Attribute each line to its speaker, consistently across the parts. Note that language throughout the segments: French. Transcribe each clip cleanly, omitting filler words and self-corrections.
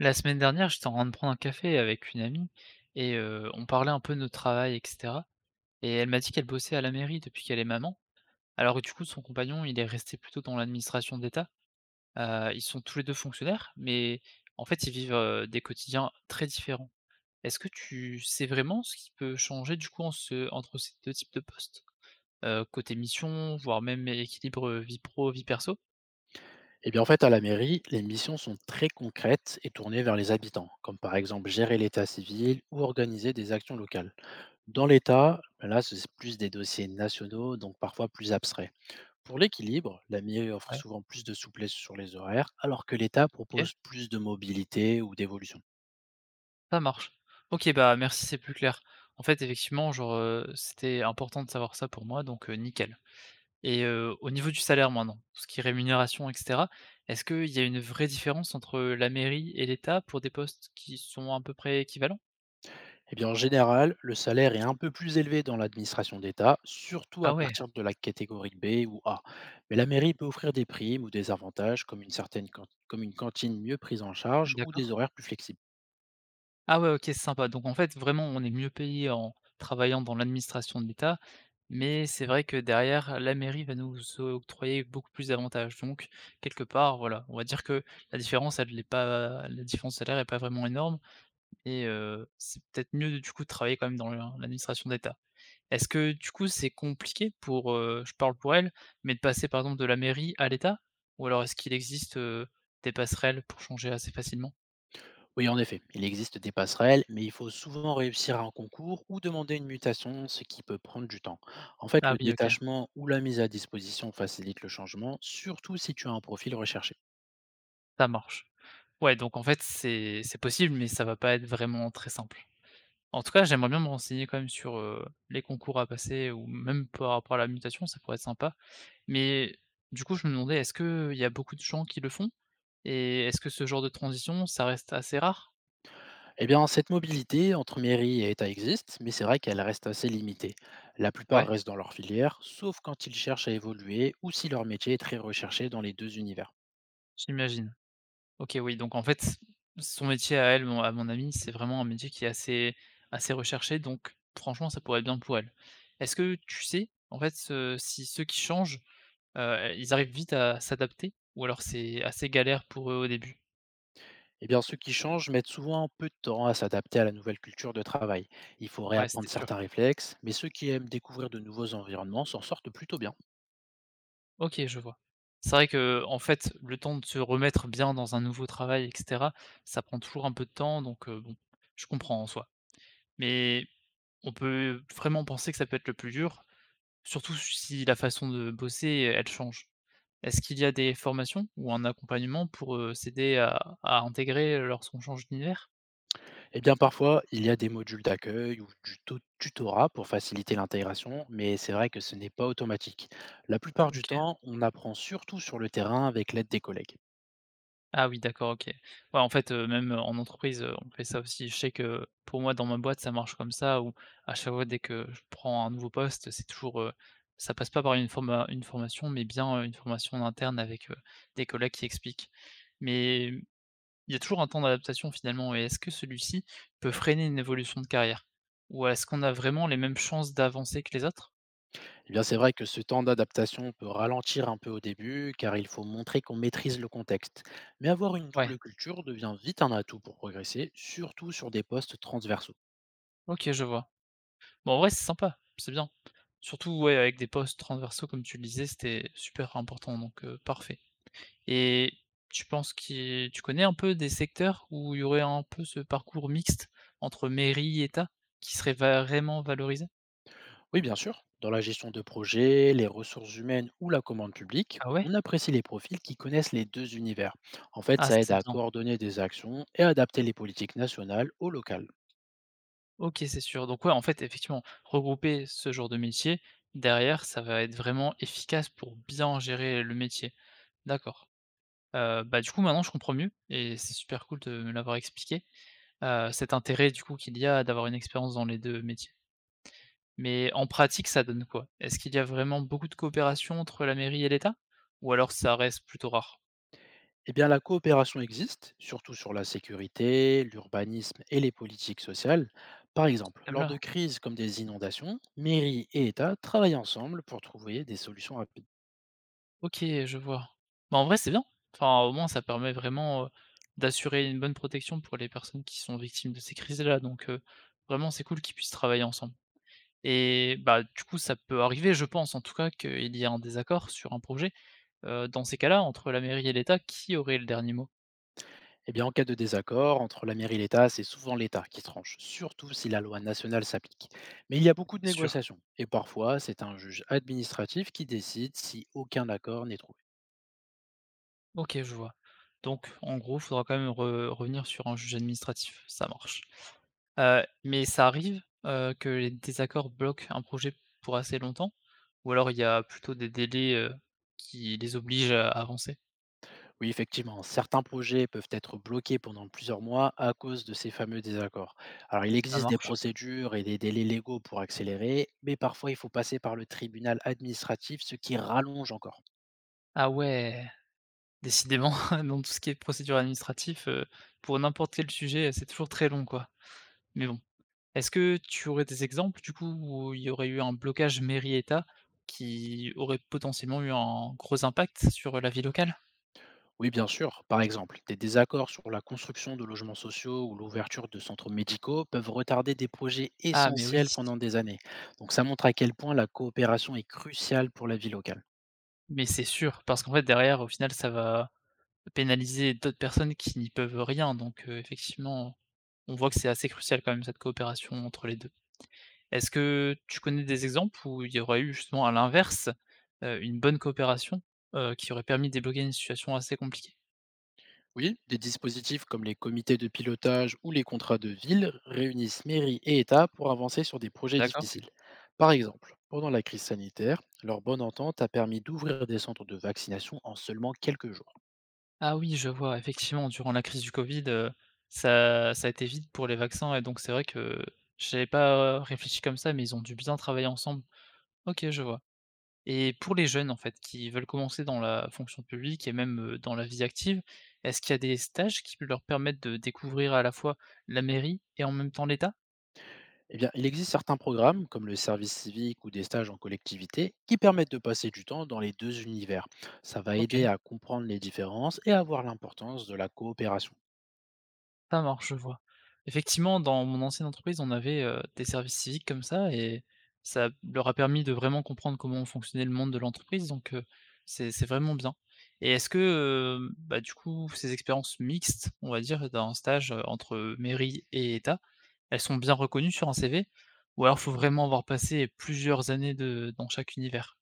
Speaker 1: La semaine dernière, j'étais en train de prendre un café avec une amie et on parlait un peu de notre travail, et cetera, et elle m'a dit qu'elle bossait à la mairie depuis qu'elle est maman, alors que du coup son compagnon, il est resté plutôt dans l'administration d'État. Ils sont tous les 2 fonctionnaires, mais en fait, ils vivent, des quotidiens très différents. Est-ce que tu sais vraiment ce qui peut changer du coup en ce entre ces 2 types de postes? Côté mission, voire même équilibre, vie pro, vie perso?
Speaker 2: Eh bien, en fait, à la mairie, les missions sont très concrètes et tournées vers les habitants, comme par exemple gérer l'état civil ou organiser des actions locales. Dans l'État, ben là, c'est plus des dossiers nationaux, donc parfois plus abstraits. Pour l'équilibre, la mairie offre
Speaker 1: Ouais,
Speaker 2: souvent plus de souplesse sur les horaires, alors que l'État
Speaker 1: OK.
Speaker 2: propose plus de mobilité ou d'évolution.
Speaker 1: Ça marche. OK, bah, merci, c'est plus clair. En fait, effectivement, genre, c'était important de savoir ça pour moi, donc nickel et au niveau du salaire maintenant, tout ce qui est rémunération et cetera, est-ce qu'il y a une vraie différence entre la mairie et l'État pour des postes qui sont à peu près équivalents?
Speaker 2: Eh bien, en général, le salaire est un peu plus élevé dans l'administration d'État, surtout
Speaker 1: Ah
Speaker 2: à
Speaker 1: ouais,
Speaker 2: partir de la catégorie B ou A. Mais la mairie peut offrir des primes ou des avantages comme une, comme une cantine mieux prise en charge ou des
Speaker 1: d'accord.
Speaker 2: horaires plus flexibles.
Speaker 1: Ah ouais, OK, c'est sympa. Donc en fait, vraiment, on est mieux payé en travaillant dans l'administration de l'État, mais c'est vrai que derrière, la mairie va nous octroyer beaucoup plus d'avantages. Donc quelque part, voilà, on va dire que la différence, elle est pas la différence de salaire est pas vraiment énorme et c'est peut-être mieux du coup de travailler quand même dans la l'administration d'État. Est-ce que du coup, c'est compliqué pour, je parle pour elle, mais de passer par exemple de la mairie à l'État? Ou alors est-ce qu'il existe, des passerelles pour changer assez facilement?
Speaker 2: Oui, en effet, il existe des passerelles, mais il faut souvent réussir un concours ou demander une mutation, ce qui peut prendre du temps. En fait,
Speaker 1: Ah
Speaker 2: le
Speaker 1: oui, OK,
Speaker 2: détachement ou la mise à disposition facilite le changement, surtout si tu as un profil recherché.
Speaker 1: ça marche. Ouais, donc en fait, c'est possible, mais ça va pas être vraiment très simple. En tout cas, j'aimerais bien me renseigner quand même sur, les concours à passer ou même par rapport à la mutation, ça pourrait être sympa. Mais du coup, je me demandais, est-ce qu'il y a beaucoup de gens qui le font? Et est-ce que ce genre de transition, ça reste assez rare?
Speaker 2: Eh bien, cette mobilité entre mairie et État existe, mais c'est vrai qu'elle reste assez limitée. La plupart
Speaker 1: Ouais,
Speaker 2: restent dans leur filière, sauf quand ils cherchent à évoluer ou si leur métier est très recherché dans les deux univers.
Speaker 1: j'imagine. OK, oui, donc en fait, son métier à elle, mon à mon amie, c'est vraiment un métier qui est assez recherché, donc franchement, ça pourrait être bien pour elle. Est-ce que tu sais, en fait, si ceux qui changent, ils arrivent vite à s'adapter ou alors c'est assez galère pour eux au début?
Speaker 2: Eh bien, ceux qui changent mettent souvent un peu de temps à s'adapter à la nouvelle culture de travail. Il faut
Speaker 1: Ouais, c'était
Speaker 2: réapprendre
Speaker 1: sûr.
Speaker 2: certains réflexes, mais ceux qui aiment découvrir de nouveaux environnements s'en sortent plutôt bien.
Speaker 1: OK, je vois. C'est vrai que en fait, le temps de se remettre bien dans un nouveau travail et cetera, ça prend toujours un peu de temps donc bon, je comprends en soi. Mais on peut vraiment penser que ça peut être le plus dur, surtout si la façon de bosser, elle change. Est-ce qu'il y a des formations ou un accompagnement pour, s'aider à intégrer lorsqu'on change d'univers?
Speaker 2: Eh bien, parfois, il y a des modules d'accueil ou du tutorat pour faciliter l'intégration, mais c'est vrai que ce n'est pas automatique. La plupart du
Speaker 1: OK.
Speaker 2: temps, on apprend surtout sur le terrain avec l'aide des collègues.
Speaker 1: Ah oui, d'accord, OK. Ouais, en fait, même, en entreprise, on fait ça aussi. Je sais que pour moi, dans ma boîte, ça marche comme ça où à chaque fois, dès que je prends un nouveau poste, c'est toujours, ça passe pas par une forma une formation, mais bien, une formation en interne avec, des collègues qui expliquent. Mais mmh, il y a toujours un temps d'adaptation finalement et est-ce que celui-ci peut freiner une évolution de carrière? Ou est-ce qu'on a vraiment les mêmes chances d'avancer que les autres?
Speaker 2: Eh bien, c'est vrai que ce temps d'adaptation peut ralentir un peu au début, car il faut montrer qu'on maîtrise le contexte. Mais avoir une
Speaker 1: Ouais,
Speaker 2: double culture devient vite un atout pour progresser, surtout sur des postes transversaux.
Speaker 1: OK, je vois. Bon, en vrai, c'est sympa, c'est bien. Surtout, ouais, avec des postes transversaux, comme tu le disais, c'était super important, donc parfait. Et tu penses que tu connais un peu des secteurs où il y aurait un peu ce parcours mixte entre mairie et État, qui serait vraiment valorisé?
Speaker 2: Oui, bien sûr, dans la gestion de projets, les ressources humaines ou la commande publique,
Speaker 1: Ah ouais?
Speaker 2: on apprécie les profils qui connaissent les deux univers. En fait,
Speaker 1: Ah,
Speaker 2: ça aide
Speaker 1: c'est
Speaker 2: à
Speaker 1: bien.
Speaker 2: coordonner des actions et à adapter les politiques nationales au local.
Speaker 1: OK, c'est sûr. Donc ouais, en fait, effectivement, regrouper ce genre de métier, derrière, ça va être vraiment efficace pour bien gérer le métier. D'accord. Bah, du coup, maintenant, je comprends mieux et c'est super cool de me l'avoir expliqué. Cet intérêt du coup qu'il y a d'avoir une expérience dans les 2 métiers. Mais en pratique, ça donne quoi? Est-ce qu'il y a vraiment beaucoup de coopération entre la mairie et l'État? Ou alors ça reste plutôt rare?
Speaker 2: Eh bien, la coopération existe, surtout sur la sécurité, l'urbanisme et les politiques sociales. Par exemple,
Speaker 1: Même
Speaker 2: lors de
Speaker 1: là?
Speaker 2: crises comme des inondations, mairie et État travaillent ensemble pour trouver des solutions rapides.
Speaker 1: OK, je vois. Bah, en vrai, c'est bien. Enfin, au moins ça permet vraiment, d'assurer une bonne protection pour les personnes qui sont victimes de ces crises-là, donc vraiment c'est cool qu'ils puissent travailler ensemble. Et bah, du coup, ça peut arriver, je pense en tout cas, qu'il y ait un désaccord sur un projet. Dans ces cas-là, entre la mairie et l'État, qui aurait le dernier mot?
Speaker 2: Eh bien, en cas de désaccord entre la mairie et l'État, c'est souvent l'État qui tranche, surtout si la loi nationale s'applique. Mais il y a beaucoup de
Speaker 1: C'est sûr.
Speaker 2: négociations, et parfois, c'est un juge administratif qui décide si aucun accord n'est trouvé.
Speaker 1: OK, je vois. Donc en gros, il faudra quand même re revenir sur un juge administratif, ça marche. Mais ça arrive, que les désaccords bloquent un projet pour assez longtemps? Ou alors il y a plutôt des délais, qui les obligent à avancer?
Speaker 2: Oui, effectivement, certains projets peuvent être bloqués pendant plusieurs mois à cause de ces fameux désaccords. Alors, il
Speaker 1: Ça
Speaker 2: existe des
Speaker 1: marche.
Speaker 2: procédures et des délais légaux pour accélérer, mais parfois il faut passer par le tribunal administratif, ce qui rallonge encore.
Speaker 1: Ah ouais, décidément dans tout ce qui est procédure administrative, pour n'importe quel sujet, c'est toujours très long, quoi. Mais bon, est-ce que tu aurais des exemples du coup où il y aurait eu un blocage mairie-État qui aurait potentiellement eu un gros impact sur la vie locale?
Speaker 2: Oui, bien sûr, par exemple, des désaccords sur la construction de logements sociaux ou l'ouverture de centres médicaux peuvent retarder des projets
Speaker 1: Ah mais oui,
Speaker 2: essentiels pendant des années. Donc, ça montre à quel point la coopération est cruciale pour la vie locale.
Speaker 1: mais c'est sûr, parce qu'en fait derrière, au final, ça va pénaliser d'autres personnes qui n'y peuvent rien, donc effectivement, on voit que c'est assez crucial quand même cette coopération entre les 2. Est-ce que tu connais des exemples où il y aurait eu justement à l'inverse, une bonne coopération, qui aurait permis de débloquer une situation assez compliquée?
Speaker 2: Oui, des dispositifs comme les comités de pilotage ou les contrats de ville réunissent mairies et États pour avancer sur des projets
Speaker 1: D'accord.
Speaker 2: difficiles. Par exemple, pendant la crise sanitaire, leur bonne entente a permis d'ouvrir des centres de vaccination en seulement quelques jours.
Speaker 1: Ah oui, je vois, effectivement, durant la crise du Covid, ça a été vite pour les vaccins et donc c'est vrai que j'avais pas réfléchi comme ça, mais ils ont dû bien travailler ensemble. OK, je vois. Et pour les jeunes, en fait, qui veulent commencer dans la fonction publique et même, dans la vie active, est-ce qu'il y a des stages qui leur permettent de découvrir à la fois la mairie et en même temps l'État?
Speaker 2: Eh bien, il existe certains programmes, comme le service civique ou des stages en collectivité, qui permettent de passer du temps dans les deux univers. Ça va
Speaker 1: OK.
Speaker 2: aider à comprendre les différences et à voir l'importance de la coopération.
Speaker 1: Ça marche, je vois. Effectivement, dans mon ancienne entreprise, on avait, des services civiques comme ça et ça leur a permis de vraiment comprendre comment fonctionnait le monde de l'entreprise, donc c'est vraiment bien et est-ce que, bah, du coup, ces expériences mixtes, on va dire, d'un stage, entre mairie et État, elles sont bien reconnues sur un CV? Ou alors faut vraiment avoir passé plusieurs années de dans chaque univers?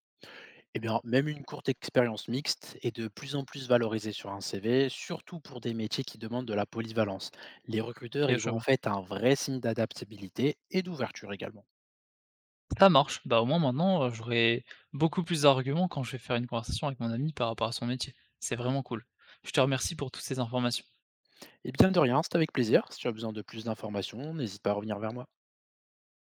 Speaker 2: Eh bien, même une courte expérience mixte est de plus en plus valorisée sur un CV, surtout pour des métiers qui demandent de la polyvalence. Les recruteurs
Speaker 1: OK,
Speaker 2: y
Speaker 1: je
Speaker 2: voient en
Speaker 1: vois.
Speaker 2: fait un vrai signe d'adaptabilité et d'ouverture également.
Speaker 1: Ça marche. Bah, au moins maintenant, j'aurai beaucoup plus d'arguments quand je vais faire une conversation avec mon ami par rapport à son métier. C'est vraiment cool. Je te remercie pour toutes ces informations.
Speaker 2: Et bien de rien, c'est avec plaisir. Si tu as besoin de plus d'informations, n'hésite pas à revenir vers moi.